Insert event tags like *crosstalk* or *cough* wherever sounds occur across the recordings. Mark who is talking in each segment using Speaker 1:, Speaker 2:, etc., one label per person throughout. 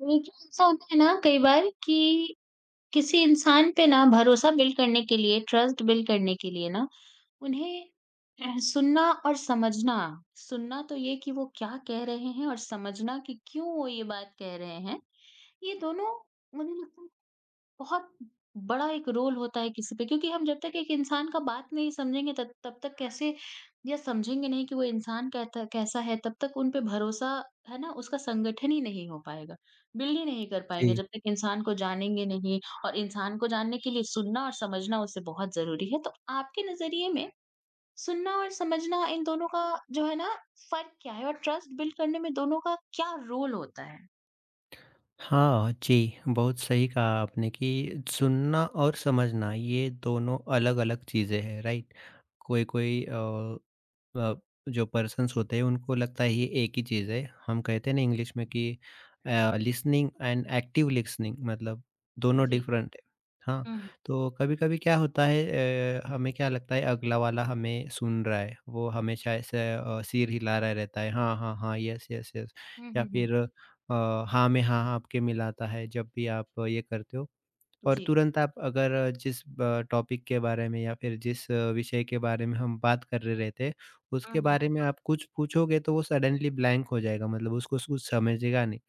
Speaker 1: देखिए, ऐसा होता है ना कई बार कि किसी इंसान पे ना भरोसा बिल्ड करने के लिए, ट्रस्ट बिल्ड करने के लिए ना उन्हें सुनना और समझना। सुनना तो ये कि वो क्या कह रहे हैं और समझना कि क्यों वो ये बात कह रहे हैं। ये दोनों, मुझे लगता है, बहुत बड़ा एक रोल होता है किसी पे, क्योंकि हम जब तक एक इंसान का बात नहीं समझेंगे तब तब तक कैसे, या समझेंगे नहीं कि वो इंसान कहता कैसा है तब तक उन पे भरोसा, है ना, उसका संगठन ही नहीं हो पाएगा। बिल्ड ही नहीं कर पाएंगे
Speaker 2: जी।
Speaker 1: जब तक इंसान को जानेंगे नहीं। और इंसान को जानने के लिए सुनना और समझना उससे बहुत जरूरी है। तो आपके नजरिए में सुनना और समझना, इन दोनों का जो है ना, फर्क क्या है और ट्रस्ट बिल्ड करने में दोनों का क्या रोल होता है?
Speaker 2: हाँ, जी, बहुत सही कहा आपने कि सुनना और समझना ये दोनों अलग-अलग चीज़ें हैं, राइट? कोई-कोई अ, जो पर्सन्स होते हैं उनको लगता है ये एक ही चीज़ है। हम कहते हैं ना इंग्लिश में कि लिसनिंग एंड एक्टिव लिसनिंग मतलब दोनों
Speaker 1: जी।
Speaker 2: डिफरेंट है। हाँ,
Speaker 1: हम्म
Speaker 2: तो कभी-कभी क्या होता है हमें क्या लगता है अगला वाला हमें सुन रहा है। वो हमेशा ऐसे सिर हिला रहा रहता है हाँ, हाँ, हाँ, यस, यस, यस
Speaker 1: हम्म
Speaker 2: या
Speaker 1: हम्म हम्म,
Speaker 2: फिर हाँ में हाँ, हाँ आपके मिलाता है जब भी आप ये करते हो। और
Speaker 1: जी।
Speaker 2: तुरंत आप अगर जिस ब टॉपिक के बारे में या फिर जिस विषय के बारे में हम बात कर रहे थे,
Speaker 1: हम्म
Speaker 2: उसके
Speaker 1: हम्म
Speaker 2: बारे में
Speaker 1: हम्म,
Speaker 2: आप कुछ पूछोगे तो वो सडनली ब्लैंक हो जाएगा मतलब उसको कुछ समझेगा नहीं।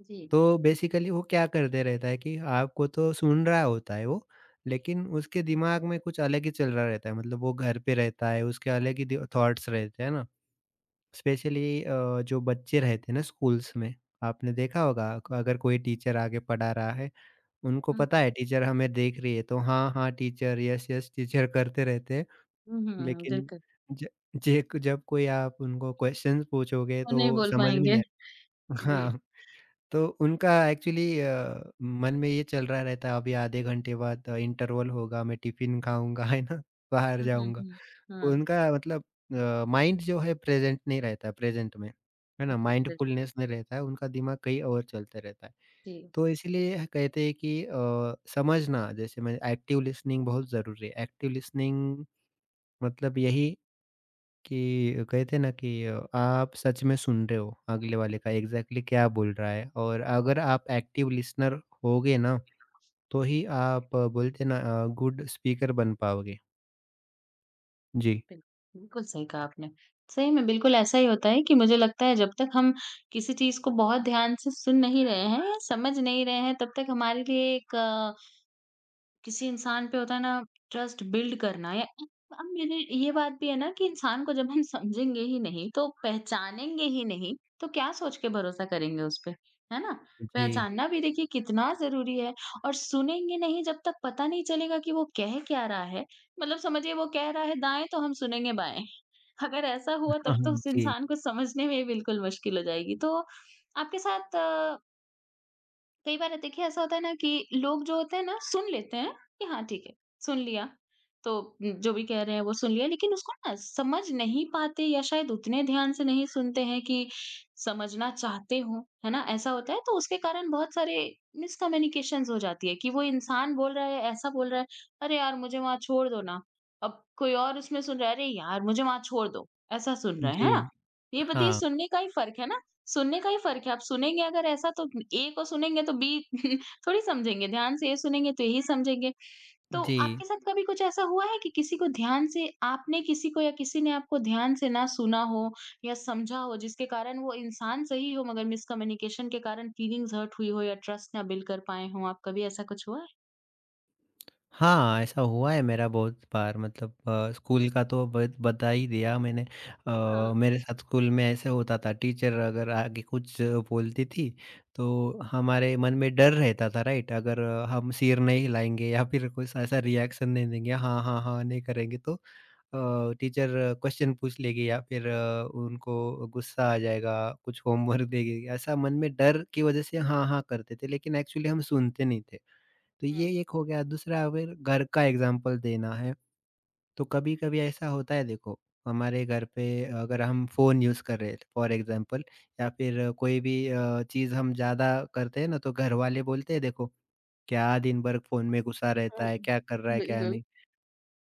Speaker 1: जी।
Speaker 2: तो बेसिकली वो क्या करते रहता है कि आपको तो सुन रहा होता है वो, लेकिन उसके दिमाग में कुछ अलग ही चल रहा रहता है मतलब वो घर पे रहता है, उसके अलग ही दि थॉट्स रहते हैं ना। स्पेशली जो बच्चे रहते हैं ना स्कूल्स में, आपने देखा होगा अगर कोई टीचर आगे पढ़ा रहा है उनको
Speaker 1: हुँ,
Speaker 2: पता
Speaker 1: हुँ।
Speaker 2: है टीचर हमें देख रही है तो हाँ, हाँ टीचर, यस, यस टीचर करते रहते हैं।
Speaker 1: हुँ, हुँ,
Speaker 2: लेकिन
Speaker 1: बिल्कुल।
Speaker 2: ज जे जब कोई आप उनको क्वेश्चन्स पूछोगे
Speaker 1: वो नहीं
Speaker 2: तो
Speaker 1: बोल
Speaker 2: समझ में
Speaker 1: पाएँगे।
Speaker 2: नहीं आ
Speaker 1: जी।
Speaker 2: हाँ, तो उनका एक्चुअली मन में ये चल रहा रहता है अभी आधे घंटे बाद इंटरवल होगा, मैं टिफ़िन खाऊँगा, *laughs* है ना? बाहर
Speaker 1: हुँ, हुँ,
Speaker 2: जाऊँगा।
Speaker 1: हुँ। हाँ,
Speaker 2: उनका मतलब माइंड जो है प्रेज़ेंट नहीं रहता है, प्रेज़ेंट में, है ना?
Speaker 1: बिल्कुल, बिल्कुल।
Speaker 2: माइंडफुलनेस नहीं रहता है, उनका दिमाग कहीं और चलते रहता है।
Speaker 1: जी,
Speaker 2: तो इसीलिए कहते हैं कि समझना जैसे मैं एक्टिव लिसनिंग बहुत ज़रूरी है। एक्टिव लिसनिंग मतलब यही कि कहते हैं ना कि आप सच में सुन रहे हो अगले वाले का एग्ज़ैक्टली क्या बोल रहा है और अगर आप एक्टिव लिसनर होगे ना, तो ही आप बोलते हैं ना गुड स्पीकर बन पाओगे। जी।
Speaker 1: बिल्कुल। बिल्कुल सही कहा आपने। सही में बिल्कुल ऐसा ही होता है कि मुझे लगता है जब तक हम किसी चीज़ को बहुत ध्यान से सुन नहीं रहे हैं, समझ नहीं रहे हैं, तब तक हमारे लिए एक किसी इंसान पे होता है ना ट्रस्ट बिल्ड करना। या अब मेरे ये बात भी है ना कि इंसान को जब हम समझेंगे ही नहीं तो पहचानेंगे ही नहीं, तो क्या सोच के भरोसा करेंगे उस पे, है ना?
Speaker 2: जी।
Speaker 1: पहचानना भी देखिए कितना जरूरी है। और सुनेंगे नहीं जब तक पता नहीं चलेगा कि वो कह क्या रहा है। मतलब समझिए वो कह रहा है दाएं तो हम सुनेंगे बाएं, *laughs* अगर ऐसा हुआ
Speaker 2: हाँ,
Speaker 1: तब तो
Speaker 2: हाँ।
Speaker 1: उस
Speaker 2: जी।
Speaker 1: इंसान को समझने में ही बिल्कुल मुश्किल हो जाएगी। तो आपके साथ कई बार देखिए ऐसा होता है ना कि लोग जो होते हैं ना, सुन लेते हैं कि हाँ ठीक है, सुन लिया, तो जो भी कह रहे हैं वो सुन लिया, लेकिन उसको ना समझ नहीं पाते, या शायद उतने ध्यान से नहीं सुनते हैं कि समझना चाहते हो, है ना? ऐसा होता है। तो उसके कारण बहुत सारे मिसकम्युनिकेशंस हो जाती है कि वो इंसान बोल रहा है ऐसा बोल रहा है, अरे यार मुझे वहां छोड़ दो ना, अब कोई और उसमें सुन रहा है अरे यार मुझे वहां छोड़ दो, ऐसा सुन रहा है ना?
Speaker 2: जी।
Speaker 1: ये बताइए
Speaker 2: हाँ,
Speaker 1: सुनने का ही फर्क है ना, सुनने का ही फ़र्क है, आप सुनेंगे अगर ऐसा तो ए को सुनेंगे तो बी *laughs* थोड़ी समझेंगे, ध्यान से ए सुनेंगे तो यही समझेंगे। तो
Speaker 2: जी।
Speaker 1: आपके साथ कभी कुछ ऐसा हुआ है कि किसी को ध्यान से आपने, किसी को या किसी ने आपको ध्यान से ना सुना हो या समझा हो, जिसके कारण वो इंसान सही हो मगर मिसकम्युनिकेशन के कारण फीलिंग्स हर्ट हुई हो या ट्रस्ट ना बिल्ड कर पाए हों आप, कभी ऐसा कुछ हुआ है?
Speaker 2: हाँ, ऐसा हुआ है मेरा बहुत बार मतलब स्कूल का तो बत बता ही दिया मैंने।
Speaker 1: हाँ,
Speaker 2: मेरे साथ स्कूल में ऐसे होता था टीचर अगर आगे कुछ बोलती थी, तो हमारे मन में डर रहता था राइट? अगर हम सिर नहीं हिलाएँगे या फिर कुछ ऐसा रिएक्शन नहीं देंगे, हाँ, हाँ, हाँ नहीं करेंगे तो टीचर क्वेश्चन पूछ लेगी या फिर उनको गुस्सा आ जाएगा, कुछ होमवर्क देगी। ऐसा मन में डर की वजह से हाँ, हाँ करते थे, लेकिन एक्चुअली हम सुनते नहीं थे। तो
Speaker 1: हुँ।
Speaker 2: ये एक हो गया, दूसरा अगर घर का एग्ज़ाम्पल देना है, तो कभी-कभी ऐसा होता है देखो, हमारे घर पे अगर हम फ़ोन यूज़ कर रहे हैं फॉर एग्ज़ाम्पल या फिर कोई भी चीज़ हम ज़्यादा करते हैं ना, तो घर वाले बोलते हैं देखो, क्या दिन भर फ़ोन में घुसा रहता
Speaker 1: हाँ,
Speaker 2: है, क्या कर रहा है, क्या
Speaker 1: बिल्कुल।
Speaker 2: नहीं।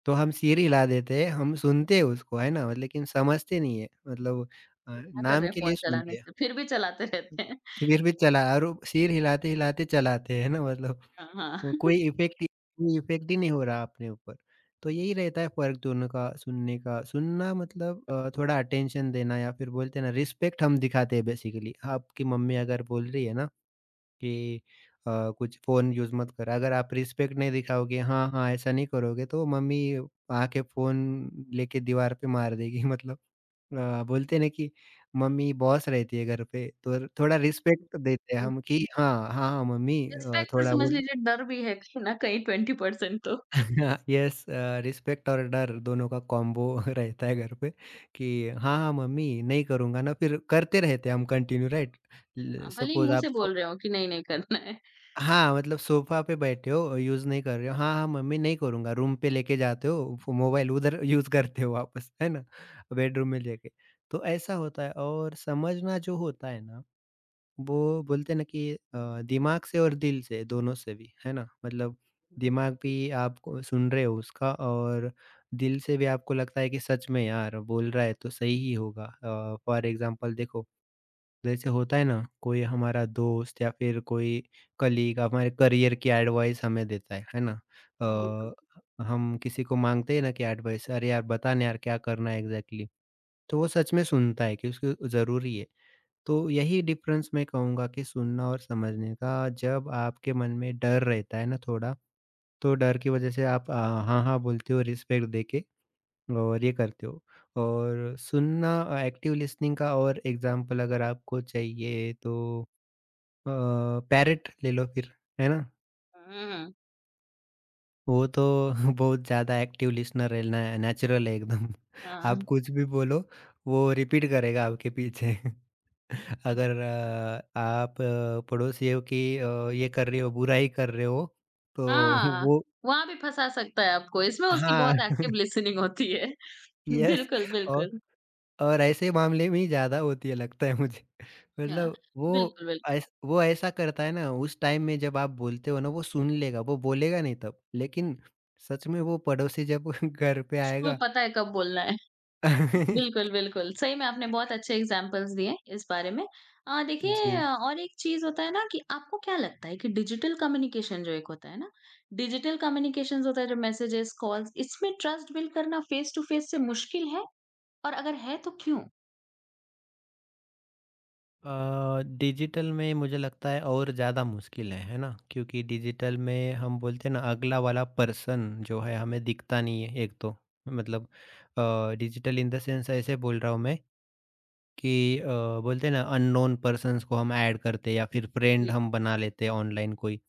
Speaker 2: तो हम सिर हिला देते हैं, हम सुनते हैं उसको, है ना? लेकिन समझते नहीं है, मतलब
Speaker 1: क्या कर
Speaker 2: नाम
Speaker 1: रहे हैं
Speaker 2: के लिए
Speaker 1: फ़ोन चलाने
Speaker 2: सुनते हैं।
Speaker 1: से, फिर भी चलाते रहते हैं।
Speaker 2: फिर भी चला और वो सिर हिलाते-हिलाते चलाते हैं ना मतलब
Speaker 1: हाँ,
Speaker 2: वो
Speaker 1: हाँ।
Speaker 2: कोई इफ़ेक्ट ही नहीं हो रहा अपने ऊपर। तो यही रहता है फ़र्क दोनों का सुनने का। सुनना मतलब थोड़ा अटेंशन देना या फिर बोलते हैं ना रिस्पेक्ट हम दिखाते हैं बेसिकली। आपकी मम्मी अगर बोल रही है ना कि कुछ फ़ोन यूज़ मत कर। अगर आप रिस्पेक्ट नहीं दिखाओगे, हाँ, हाँ, ऐसा नहीं करोगे तो मम्मी आके फ़ोन लेके दीवार पे मार देगी *laughs* मतलब बोलते हैं ना कि मम्मी बॉस रहती है घर पे तो थोड़ा रिस्पेक्ट
Speaker 1: *laughs*
Speaker 2: देते हैं हम कि हाँ, हाँ, हाँ, मम्मी
Speaker 1: रिस्पेक्ट तो
Speaker 2: थोड़ा
Speaker 1: समझ
Speaker 2: बोल
Speaker 1: लीजिए डर भी है कहीं न कहीं 20% तो।
Speaker 2: *laughs* यस रिस्पेक्ट और डर दोनों का कॉम्बो *laughs* रहता है घर पे कि हाँ, हाँ, मम्मी नहीं करूँगा ना फिर करते रहते हम कंटिन्यू राइट? ल
Speaker 1: भले ही
Speaker 2: सपोज़
Speaker 1: मुँह
Speaker 2: आप
Speaker 1: से
Speaker 2: सो
Speaker 1: बोल रहे हो कि नहीं, नहीं करना है।
Speaker 2: हाँ, मतलब सोफ़ा पे बैठे हो, यूज़ नहीं कर रहे हो, हाँ, हाँ, मम्मी नहीं करूँगा, रूम पे लेके जाते हो फ़ो मोबाइल उधर *laughs* यूज़ करते हो वापस, है ना? बेडरूम में लेके। तो ऐसा होता है और समझना जो होता है ना वो बोलते हैं ना कि दिमाग से और दिल से दोनों से भी, है ना? मतलब
Speaker 1: बिल्कुल,
Speaker 2: दिमाग भी आपको सुन रहे हो उसका और दिल से भी आपको लगता है कि सच में यार बोल रहा है तो सही ही होगा। फॉर एग्ज़ाम्पल देखो, जैसे होता है ना कोई हमारा दोस्त या फिर कोई कलीग हमारे करियर की एडवाइस हमें देता है ना?
Speaker 1: बिल्कुल।
Speaker 2: हम किसी को माँगते हैं ना कि एडवाइस, "अरे यार बता ना यार क्या करना है एग्ज़ैक्टली?" तो वो सच में सुनता है कि उसको ज़रूरी है। तो यही डिफरेंस मैं कहूँगा कि सुनना और समझने का, जब आपके मन में डर रहता है ना थोड़ा, तो डर की वजह से आप हाँ, हाँ बोलते हो रिस्पेक्ट देके और ये करते हो। और सुनना एक्टिव लिसनिंग का और एग्ज़ाम्पल अगर आपको चाहिए तो अ, पैरट ले लो फिर, है ना?
Speaker 1: हुँ,
Speaker 2: वो तो *laughs* बहुत ज़्यादा एक्टिव लिसनर है, न नेचुरल है एकदम। *laughs* आप
Speaker 1: हाँ।
Speaker 2: कुछ भी बोलो, वो रिपीट करेगा आपके पीछे। *laughs* अगर आप पड़ोसी हो कि ये कर रहे हो, बुराई कर रहे हो, तो *laughs*
Speaker 1: हाँ,
Speaker 2: वो
Speaker 1: वहाँ भी फँसा सकता है आपको, इसमें उसकी
Speaker 2: हाँ,
Speaker 1: बहुत एक्टिव
Speaker 2: *laughs*
Speaker 1: लिसनिंग होती है। *laughs*
Speaker 2: यस
Speaker 1: बिल्कुल,
Speaker 2: और
Speaker 1: बिल्कुल।
Speaker 2: और ऐसे मामले में ही ज़्यादा होती है लगता है मुझे। *laughs*
Speaker 1: हाँ,
Speaker 2: मतलब वो
Speaker 1: बिल्कुल, बिल्कुल।
Speaker 2: ऐस वो ऐसा करता है ना, उस टाइम में जब आप बोलते हो ना, वो सुन लेगा, वो बोलेगा नहीं तब। लेकिन सच में वो पड़ोसी जब *laughs* घर पे
Speaker 1: उसको भी
Speaker 2: आएगा
Speaker 1: पता है कब बोलना है।
Speaker 2: *laughs*
Speaker 1: बिल्कुल, बिल्कुल। सही में आपने बहुत अच्छे एग्ज़ाम्पल्स दिए इस बारे में। देखिए
Speaker 2: जी।
Speaker 1: और एक चीज़ होता है ना कि आपको क्या लगता है कि डिजिटल कम्युनिकेशन जो एक होता है ना, डिजिटल कम्युनिकेशंस होता है जो मैसेजेस, कॉल्स, इसमें ट्रस्ट बिल्ड करना फेस टू फेस से मुश्किल है? और अगर है तो क्यों?
Speaker 2: डिजिटल में मुझे लगता है और ज़्यादा मुश्किल है ना? क्योंकि डिजिटल में हम बोलते हैं ना अगला वाला पर्सन जो है हमें दिखता नहीं है एक तो। मतलब डिजिटल इन द सेंस ऐसे बोल रहा हूँ मैं कि बोलते हैं ना अननोन पर्सन्स को हम ऐड करते हैं या फिर फ्रेंड
Speaker 1: जी,
Speaker 2: हम बना लेते हैं ऑनलाइन कोई।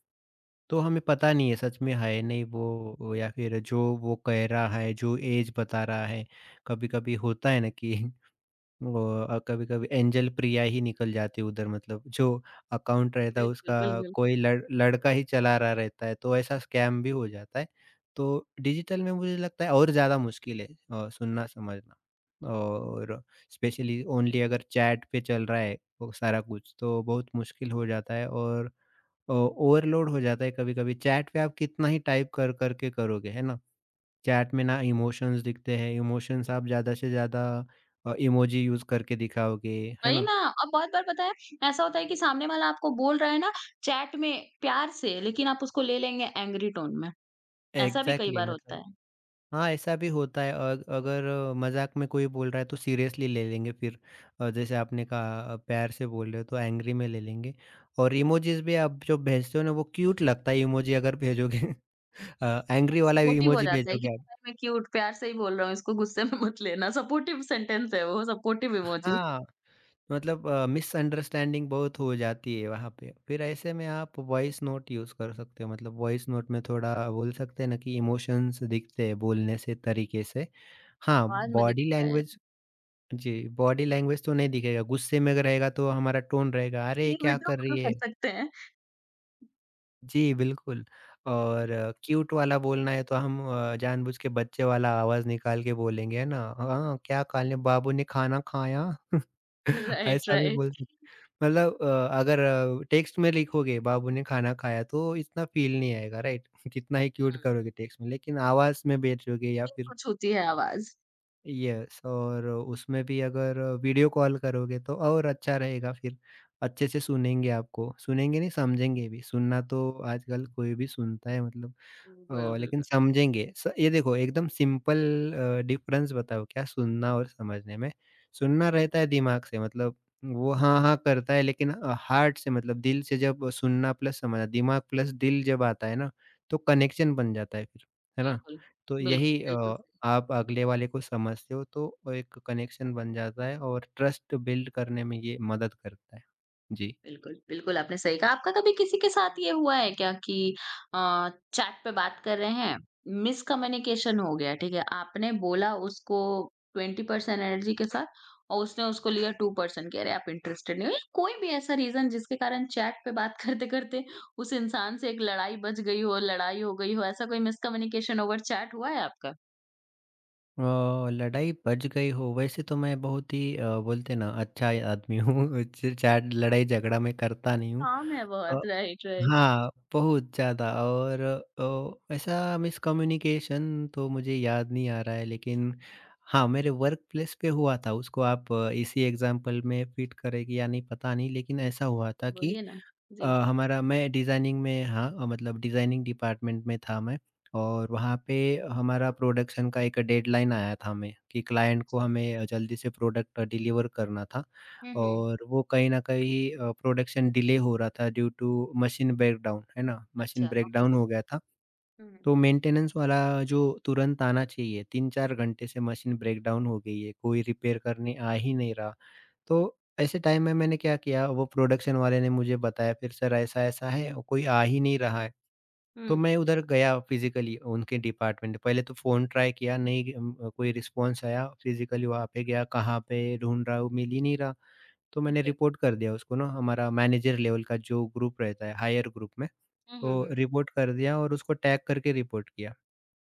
Speaker 2: तो हमें पता नहीं है सच में है नहीं वो या फिर जो वो कह रहा है, जो ऐज बता रहा है। कभी-कभी होता है ना कि वो कभी-कभी एंजल प्रिया ही निकल जाती है उधर मतलब जो अकाउंट रहता है
Speaker 1: बिल्कुल,
Speaker 2: उसका
Speaker 1: बिल्कुल।
Speaker 2: कोई लड़का ही चला रहा रहता है, तो ऐसा स्कैम भी हो जाता है। तो डिजिटल में मुझे लगता है और ज़्यादा मुश्किल है सुनना समझना और स्पेशली ओनली अगर चैट पे चल रहा है वो सारा कुछ तो बहुत मुश्किल हो जाता है और ओवरलोड हो जाता है कभी-कभी। चैट पे आप कितना ही टाइप कर कर के करोगे, है ना? चैट में ना इमोशंस दिखते हैं, इमोशंस आप ज़्यादा से ज़्यादा इमोजी यूज़ करके दिखाओगे, है
Speaker 1: वही
Speaker 2: ना?
Speaker 1: ना, अब बहुत बार पता है ऐसा होता है कि सामने वाला आपको बोल रहा है ना चैट में प्यार से, लेकिन आप उसको ले लेंगे एंग्री टोन में। ऐसा भी कई
Speaker 2: एग्ज़ैक्टली
Speaker 1: बार होता
Speaker 2: मतलब
Speaker 1: है।
Speaker 2: हाँ, ऐसा भी होता है अग अगर मज़ाक में कोई बोल रहा है तो सीरियसली ले लेंगे फिर जैसे आपने कहा प्यार से बोल रहे हो तो एंग्री में ले लेंगे और इमोजीज़ भी आप जो भेजते हो ना वो क्यूट लगता है इमोजी अगर भेजोगे *laughs* एंग्री वाला
Speaker 1: सपोर्टिव हो
Speaker 2: इमोजी
Speaker 1: जाता है कि
Speaker 2: भेजोगे आप
Speaker 1: भाई मैं क्यूट प्यार से ही बोल रहा हूँ, इसको गुस्से में मत लेना, सपोर्टिव सेंटेंस है वो, सपोर्टिव इमोजी।
Speaker 2: हाँ। मतलब मिसअंडरस्टैंडिंग बहुत हो जाती है वहाँ पे। फिर ऐसे में आप वॉइस नोट यूज़ कर सकते हो। मतलब वॉइस नोट में थोड़ा बोल सकते हैं ना कि इमोशंस दिखते हैं बोलने से, तरीके से। हाँ,
Speaker 1: आवाज में
Speaker 2: बॉडी
Speaker 1: दिखता है,
Speaker 2: लैंग्वेज जी, बॉडी लैंग्वेज तो नहीं दिखेगा। गुस्से में रहेगा तो हमारा टोन रहेगा, "अरे!
Speaker 1: इसलिए
Speaker 2: क्या
Speaker 1: वीडियो
Speaker 2: कर
Speaker 1: कॉल
Speaker 2: रही
Speaker 1: कर
Speaker 2: है?"
Speaker 1: सकते हैं।
Speaker 2: जी, बिल्कुल और क्यूट वाला बोलना है तो हम जानबूझ के बच्चे वाला आवाज़ निकाल के बोलेंगे, है ना? हाँ, क्या खा लिया? बाबू ने खाना खाया? *laughs*
Speaker 1: राइट,
Speaker 2: ऐसा भी बोल
Speaker 1: राइट।
Speaker 2: सकते मतलब अगर टेक्स्ट में लिखोगे बाबू ने खाना खाया तो इतना फ़ील नहीं आएगा राइट? *laughs* कितना ही क्यूट
Speaker 1: हुँ।
Speaker 2: करोगे टेक्स्ट में, लेकिन आवाज़ में बेचोगे या फिर
Speaker 1: कुछ होती है आवाज़।
Speaker 2: यस और उसमें भी अगर वीडियो कॉल करोगे तो और अच्छा रहेगा फिर, अच्छे से सुनेंगे आपको, सुनेंगे नहीं समझेंगे भी, सुनना तो आजकल कोई भी सुनता है मतलब।
Speaker 1: बिल्कुल,
Speaker 2: ओह! लेकिन
Speaker 1: बिल्कुल,
Speaker 2: समझेंगे। स ये देखो एकदम सिंपल डिफरेंस बताओ क्या सुनना और समझने में? सुनना रहता है दिमाग से मतलब वो हाँ, हाँ करता है लेकिन हार्ट से मतलब दिल से जब सुनना प्लस समझना, दिमाग प्लस दिल जब आता है ना, तो कनेक्शन बन जाता है फिर, है ना?
Speaker 1: बिल्कुल,
Speaker 2: तो यही
Speaker 1: बिल्कुल, बिल्कुल।
Speaker 2: आप अगले वाले को समझते हो तो एक कनेक्शन बन जाता है और ट्रस्ट बिल्ड करने में ये मदद करता है। जी।
Speaker 1: बिल्कुल, बिल्कुल आपने सही कहा। आपका कभी किसी के साथ ये हुआ है क्या कि चैट पे बात कर रहे हैं, मिसकम्युनिकेशन हो गया, ठीक है? आपने बोला उसको 20% एनर्जी के साथ और उसने उसको लिया 2% कि अरे आप इंटरेस्टेड नहीं हो, या कोई भी ऐसा रीज़न जिसके कारण चैट पे बात *laughs* करते-करते उस इंसान से एक लड़ाई बच गई हो, लड़ाई हो गई हो, ऐसा कोई मिसकम्युनिकेशन ओवर चैट हुआ है आपका?
Speaker 2: अ, लड़ाई बच गई हो वैसे तो मैं बहुत ही बोलते ना अच्छा आदमी हूँ *laughs* चिट-चैट लड़ाई झगड़ा मैं करता नहीं हूँ।
Speaker 1: काम है
Speaker 2: अ,
Speaker 1: बहुत। Right, right.
Speaker 2: हाँ, बहुत ज़्यादा और ऐसा मिसकम्युनिकेशन तो मुझे याद नहीं आ रहा है लेकिन हाँ, मेरे वर्क प्लेस पे हुआ था। उसको आप इसी एग्ज़ाम्पल में फ़िट करेंगे या नहीं पता नहीं, लेकिन ऐसा हुआ था कि
Speaker 1: बोलिए ना? जी।
Speaker 2: हमारा मैं डिज़ाइनिंग में हाँ मतलब डिज़ाइनिंग डिपार्टमेंट में था मैं, और वहाँ पे हमारा प्रोडक्शन का एक डेडलाइन आया था हमें कि क्लाइंट को हमें जल्दी से प्रोडक्ट डिलीवर करना था।
Speaker 1: हुँ, हुँ।
Speaker 2: और वो कहीं न कहीं प्रोडक्शन डिले हो रहा था ड्यू टू मशीन ब्रेकडाउन, है ना? मशीन
Speaker 1: अच्छा, ओके।
Speaker 2: ब्रेकडाउन हो गया था।
Speaker 1: हुँ, हुँ।
Speaker 2: तो मेंटेनेंस वाला जो तुरंत आना चाहिए, 3-4 घंटे से मशीन ब्रेकडाउन हो गई है, कोई रिपेयर करने आ ही नहीं रहा। तो ऐसे टाइम में मैंने क्या किया, वो प्रोडक्शन वाले ने मुझे बताया फिर, सर ऐसा-ऐसा है और कोई आ ही नहीं रहा है। तो
Speaker 1: हुँ,
Speaker 2: मैं उधर गया फिज़िकली उनके डिपार्टमेंट, पहले तो फ़ोन ट्राई किया, नहीं कोई रिस्पॉन्स आया। फिज़िकली वहाँ पे गया, कहाँ पे ढूँढ रहा हूँ, मिल ही नहीं रहा। तो मैंने
Speaker 1: ओके।
Speaker 2: रिपोर्ट कर दिया उसको ना हमारा मैनेजर लेवल का जो ग्रुप रहता है हायर ग्रुप में,
Speaker 1: हुँ,
Speaker 2: तो
Speaker 1: हुँ,
Speaker 2: रिपोर्ट कर दिया और उसको टैग करके रिपोर्ट किया।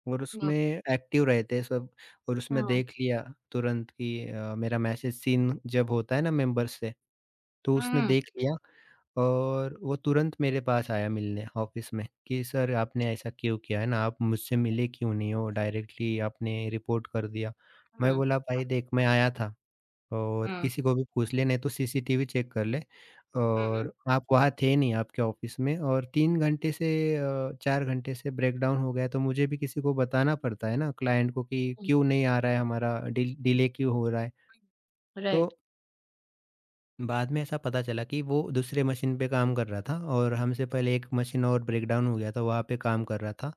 Speaker 2: और
Speaker 1: हुँ।
Speaker 2: उसमें एक्टिव रहते हैं सब, और उसमें
Speaker 1: हाँ।
Speaker 2: देख लिया तुरंत कि मेरा मैसेज सीन जब होता है ना मेंबर्स से, तो उसने
Speaker 1: हुँ,
Speaker 2: देख लिया और वो तुरंत मेरे पास आया मिलने ऑफिस में कि सर आपने ऐसा क्यों किया है ना, आप मुझसे मिले क्यों नहीं हो, डायरेक्टली आपने रिपोर्ट कर दिया।
Speaker 1: हुँ,
Speaker 2: मैं
Speaker 1: हुँ,
Speaker 2: बोला भाई देख, मैं आया था और
Speaker 1: हुँ,
Speaker 2: किसी को भी पूछ ले नहीं तो सीसीटीवी चेक कर ले,
Speaker 1: हुँ, हुँ,
Speaker 2: और आप वहाँ थे नहीं आपके ऑफिस में, और 3 घंटे से 4 घंटे से ब्रेकडाउन हो गया, तो मुझे भी किसी को बताना पड़ता है ना क्लाइंट को कि
Speaker 1: हुँ।
Speaker 2: क्यों नहीं आ रहा है, हमारा डिले क्यों हो रहा है। तो
Speaker 1: राइट।
Speaker 2: बाद में ऐसा पता चला कि वो दूसरे मशीन पे काम कर रहा था और हमसे पहले एक मशीन और ब्रेकडाउन हो गया था, वहाँ पे काम कर रहा था।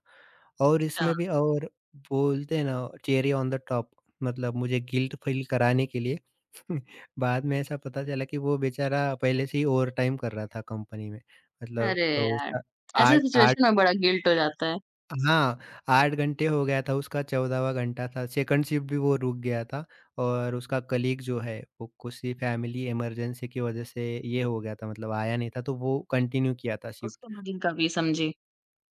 Speaker 2: और
Speaker 1: अच्छा,
Speaker 2: इसमें भी और बोलते हैं ना चेरी ऑन द टॉप, मतलब मुझे गिल्ट फ़ील कराने के लिए *laughs* बाद में ऐसा पता चला कि वो बेचारा पहले से ही ओवरटाइम कर रहा था कंपनी में। मतलब
Speaker 1: अरे यार!
Speaker 2: उसका
Speaker 1: ऐसे
Speaker 2: आठ आठ
Speaker 1: सिचुएशन में बड़ा गिल्ट हो जाता है।
Speaker 2: हाँ, 8 घंटे हो गया था, उसका 14वाँ घंटा था, सेकंड शिफ्ट भी वो रुक गया था और उसका कलीग जो है, वो किसी फैमिली इमरजेंसी की वजह से ये हो गया था मतलब आया नहीं था, तो वो कंटिन्यू किया था शिफ्ट।
Speaker 1: उसके बाद इनका भी समझी।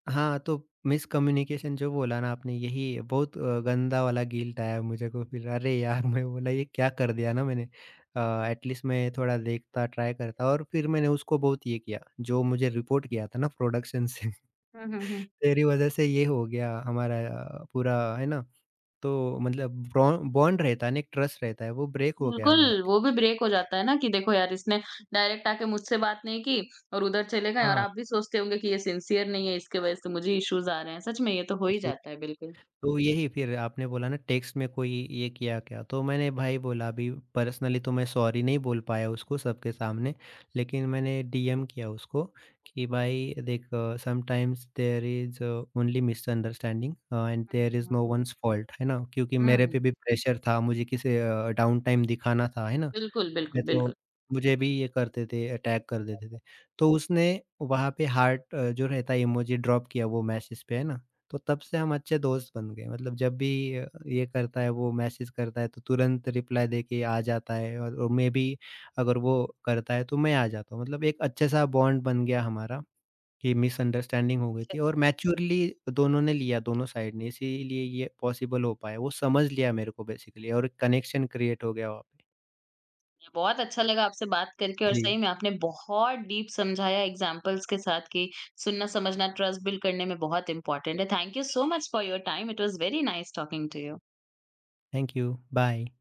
Speaker 2: हाँ, तो मिसकम्युनिकेशन जो बोला ना आपने, यही बहुत गंदा वाला गिल्ट आया मुझे को फिर, अरे यार! मैं बोला ये क्या कर दिया ना मैंने। एटलीस्ट मैं थोड़ा देखता, ट्राई करता, और फिर मैंने उसको बहुत ये किया, जो मुझे रिपोर्ट किया था ना प्रोडक्शन से।
Speaker 1: हुँ, हुँ, हुँ।
Speaker 2: तेरी वजह से ये हो गया हमारा पूरा, है ना? तो मतलब ब्रॉ बॉन्ड रहता है ना, एक ट्रस्ट रहता है, वो ब्रेक हो गया
Speaker 1: बिल्कुल,
Speaker 2: हमारा।
Speaker 1: वो भी ब्रेक हो जाता है ना कि देखो यार, इसने डायरेक्ट आके मुझसे बात नहीं की और उधर चले गए, और
Speaker 2: हाँ,
Speaker 1: आप भी सोचते होंगे कि ये सिंसियर नहीं है, इसकी वज़ह से मुझे इश्यूज़ आ रहे हैं। सच में ये तो हो ही
Speaker 2: जी।
Speaker 1: जाता है बिल्कुल।
Speaker 2: तो यही फिर आपने बोला ना, टेक्स्ट में कोई ये किया क्या? तो मैंने भाई बोला अभी पर्सनली तो मैं सॉरी नहीं बोल पाया उसको सबके सामने, लेकिन मैंने डीएम किया उसको कि
Speaker 1: हुँ,
Speaker 2: भाई देख, sometimes there is only misunderstanding and
Speaker 1: hmm,
Speaker 2: there is
Speaker 1: hmm,
Speaker 2: no one's fault, है ना? क्योंकि
Speaker 1: हुँ,
Speaker 2: मेरे पे
Speaker 1: हुँ।
Speaker 2: भी प्रेशर था, मुझे किसी डाउन टाइम दिखाना था, है ना?
Speaker 1: बिल्कुल,
Speaker 2: थे
Speaker 1: बिल्कुल,
Speaker 2: तो
Speaker 1: बिल्कुल।
Speaker 2: मुझे भी ये करते थे, अटैक कर देते थे। तो उसने वहाँ पे हार्ट जो रहता है इमोजी ड्रॉप किया वो मैसेज पे, है ना? तो तब से हम अच्छे दोस्त बन गए, मतलब जब भी ये करता है वो मैसेज करता है तो तुरंत रिप्लाई देके आ जाता है, और मैं भी अगर वो करता है तो मैं आ जाता हूँ। मतलब एक अच्छा-सा बॉन्ड बन गया हमारा कि मिसअंडरस्टैंडिंग हो गई थी और मैच्योरली दोनों ने लिया, दोनों साइड ने, इसीलिए ये पॉसिबल हो पाया। वो समझ लिया मेरे को बेसिकली और कनेक्शन क्रिएट हो गया वहाँ पे।
Speaker 1: बहुत अच्छा लगा आपसे बात करके, और
Speaker 2: जी।
Speaker 1: सही में आपने बहुत डीप समझाया एग्जांपल्स के साथ कि सुनना समझना ट्रस्ट बिल्ड करने में बहुत इंपॉर्टेंट है। Thank you so much for your time. It was very nice talking to you.
Speaker 2: Thank you. Bye.